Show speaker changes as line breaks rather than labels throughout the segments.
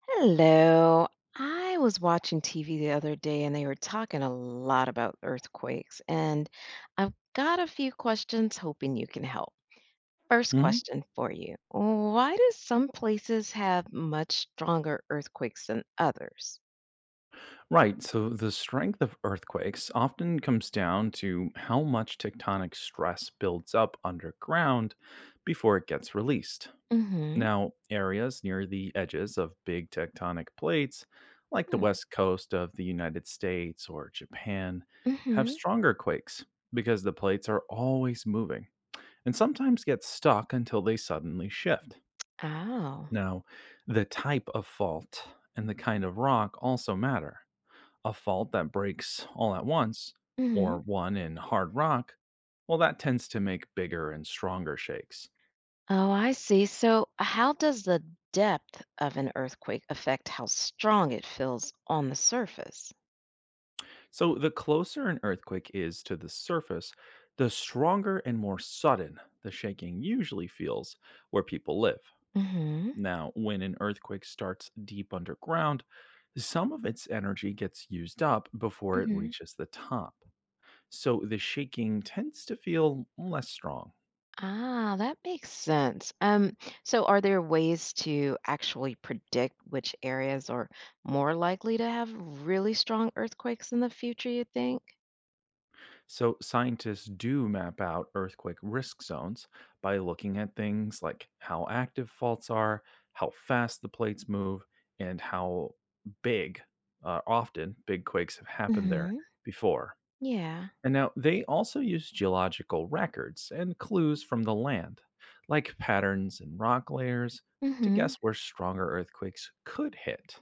Hello. I was watching TV the other day and they were talking a lot about earthquakes, and I've got a few questions hoping you can help. First
Mhm.
question for you. Why do some places have much stronger earthquakes than others?
Right. So the strength of earthquakes often comes down to how much tectonic stress builds up underground before it gets released.
Mm-hmm.
Now, areas near the edges of big tectonic plates, like the west coast of the United States or Japan, have
Mm-hmm.
stronger quakes because the plates are always moving and sometimes get stuck until they suddenly shift.
Oh.
Now, the type of fault and the kind of rock also matter. A fault that breaks all at once,
Mm-hmm.
or one in hard rock, well, that tends to make bigger and stronger shakes.
Oh, I see. So how does the depth of an earthquake affect how strong it feels on the surface?
So the closer an earthquake is to the surface, the stronger and more sudden the shaking usually feels where people live.
Mm-hmm.
Now, when an earthquake starts deep underground, some of its energy gets used up before it reaches the top. So the shaking tends to feel less strong.
Ah, that makes sense. So are there ways to actually predict which areas are more likely to have really strong earthquakes in the future, you think?
So, scientists do map out earthquake risk zones by looking at things like how active faults are, how fast the plates move, and how big, often, big quakes have happened there
Mm-hmm.
before.
Yeah.
And now they also use geological records and clues from the land, like patterns and rock layers, to
Mm-hmm.
guess where stronger earthquakes could hit.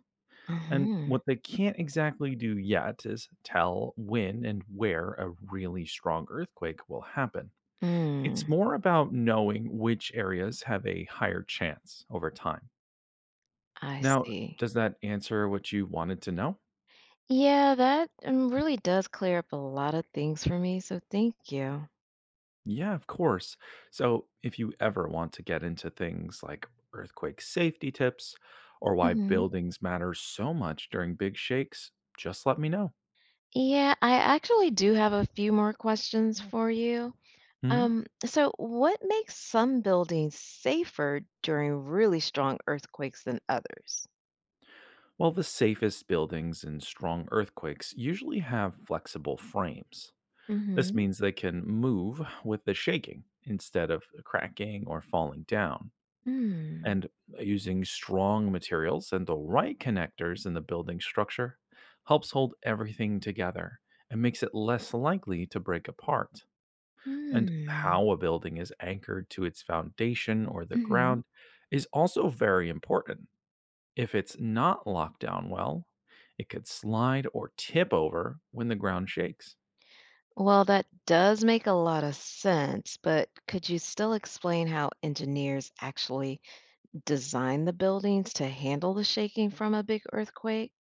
And
Mm-hmm.
what they can't exactly do yet is tell when and where a really strong earthquake will happen.
Mm.
It's more about knowing which areas have a higher chance over time.
I
Now,
see.
does that answer what you wanted to know?
Yeah, that really does clear up a lot of things for me, so thank you.
Yeah, of course. So, if you ever want to get into things like earthquake safety tips or why
Mm-hmm.
buildings matter so much during big shakes, just let me know.
Yeah, I actually do have a few more questions for you.
Mhm.
So what makes some buildings safer during really strong earthquakes than others?
Well, the safest buildings in strong earthquakes usually have flexible frames. This
Mm-hmm.
means they can move with the shaking instead of cracking or falling down.
Mm.
And using strong materials and the right connectors in the building structure helps hold everything together and makes it less likely to break apart. And
Mm.
how a building is anchored to its foundation or the
Hmm.
ground is also very important. If it's not locked down well, it could slide or tip over when the ground shakes.
Well, that does make a lot of sense, but could you still explain how engineers actually design the buildings to handle the shaking from a big earthquake?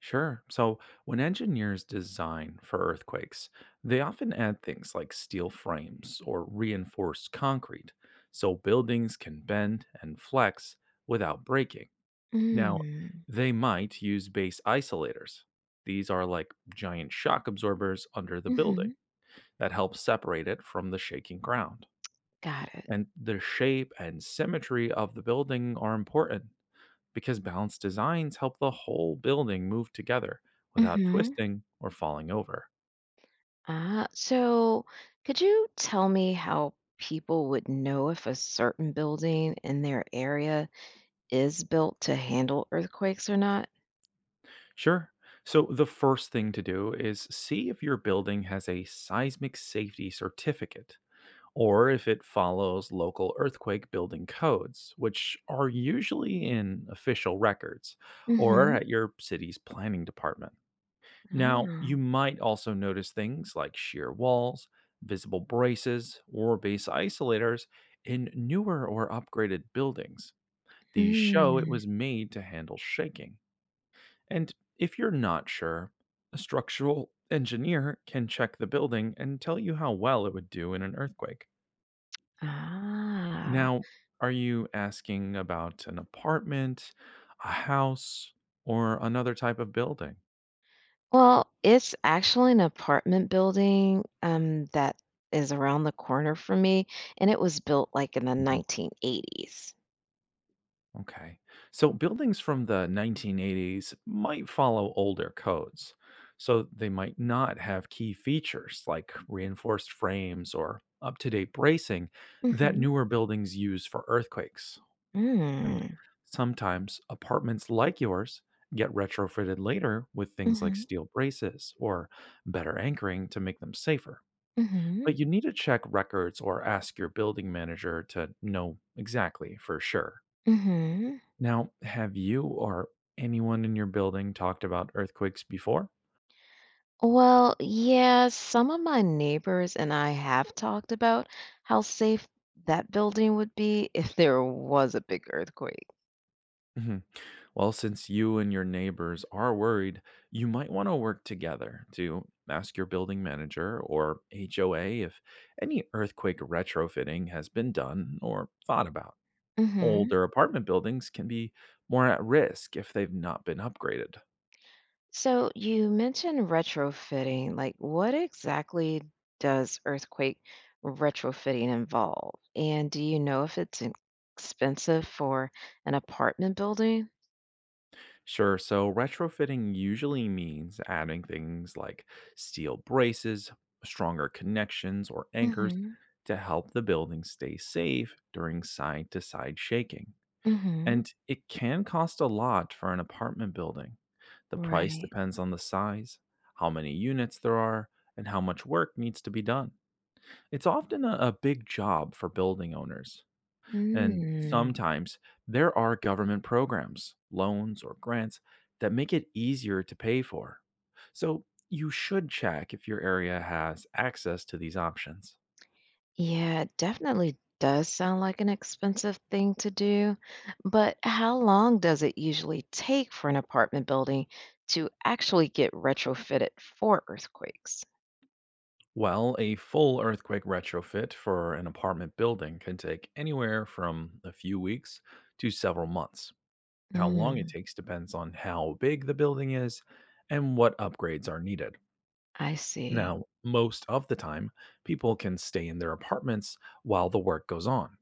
Sure. So, when engineers design for earthquakes, they often add things like steel frames or reinforced concrete so buildings can bend and flex without breaking. Now,
Mm.
they might use base isolators. These are like giant shock absorbers under the building
Hmm.
that help separate it from the shaking ground.
Got it.
And the shape and symmetry of the building are important because balanced designs help the whole building move together without
Mm-hmm.
twisting or falling over.
Ah, so could you tell me how people would know if a certain building in their area is built to handle earthquakes or not?
Sure. So, the first thing to do is see if your building has a seismic safety certificate or if it follows local earthquake building codes, which are usually in official records or
Hmm.
at your city's planning department. Now,
Oh.
you might also notice things like shear walls, visible braces, or base isolators in newer or upgraded buildings. These show it
Hmm.
was made to handle shaking. And if you're not sure, a structural engineer can check the building and tell you how well it would do in an earthquake.
Ah.
Now, are you asking about an apartment, a house, or another type of building?
Well, it's actually an apartment building that is around the corner from me, and it was built like in the
Mm-hmm.
1980s.
Okay. So buildings from the 1980s might follow older codes. So they might not have key features like reinforced frames or up to date bracing that
Hmm.
newer buildings use for earthquakes. And
Mm.
sometimes apartments like yours get retrofitted later with things like steel braces or better anchoring to make them safer.
Hmm.
But you need to check records or ask your building manager to know exactly for sure.
Hmm.
Now, have you or anyone in your building talked about earthquakes before?
Well, yeah, some of my neighbors and I have talked about how safe that building would be if there was a big earthquake.
Mhm. Well, since you and your neighbors are worried, you might want to work together to ask your building manager or HOA if any earthquake retrofitting has been done or thought about.
Hmm.
Older apartment buildings can be more at risk if they've not been upgraded.
So you mentioned retrofitting. Like, what exactly does earthquake retrofitting involve? And do you know if expensive for an apartment building?
Sure. So retrofitting usually means adding things like steel braces, stronger connections, or anchors
Hmm.
to help the building stay safe during side to side shaking.
Hmm.
And it can cost a lot for an apartment building. The price
Right.
depends on the size, how many units there are, and how much work needs to be done. It's often a big job for building owners, and
Mm.
sometimes there are government programs, loans, or grants that make it easier to pay for. So you should check if your area has access to these options.
Yeah, it definitely does sound like an expensive thing to do, but how long does it usually take for an apartment building to actually get retrofitted for earthquakes?
Well, a full earthquake retrofit for an apartment building can take anywhere from a few weeks to several months. How long it
Mm.
takes depends on how big the building is and what upgrades are needed.
I see.
Now, most of the time, people can stay in their apartments while the work goes on.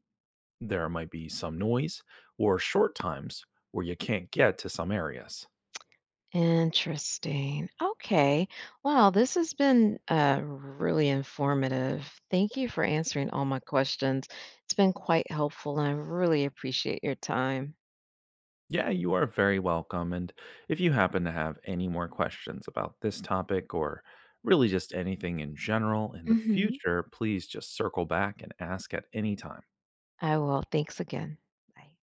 There might be some noise or short times where you can't get to some areas.
Interesting. Okay. Wow, this has been really informative. Thank you for answering all my questions. It's been quite helpful, and I really appreciate your time.
Yeah, you are very welcome. And if you happen to have any more questions about this topic or really just anything in general in the
Hmm.
future, please just circle back and ask at any time.
I will. Thanks again. Bye.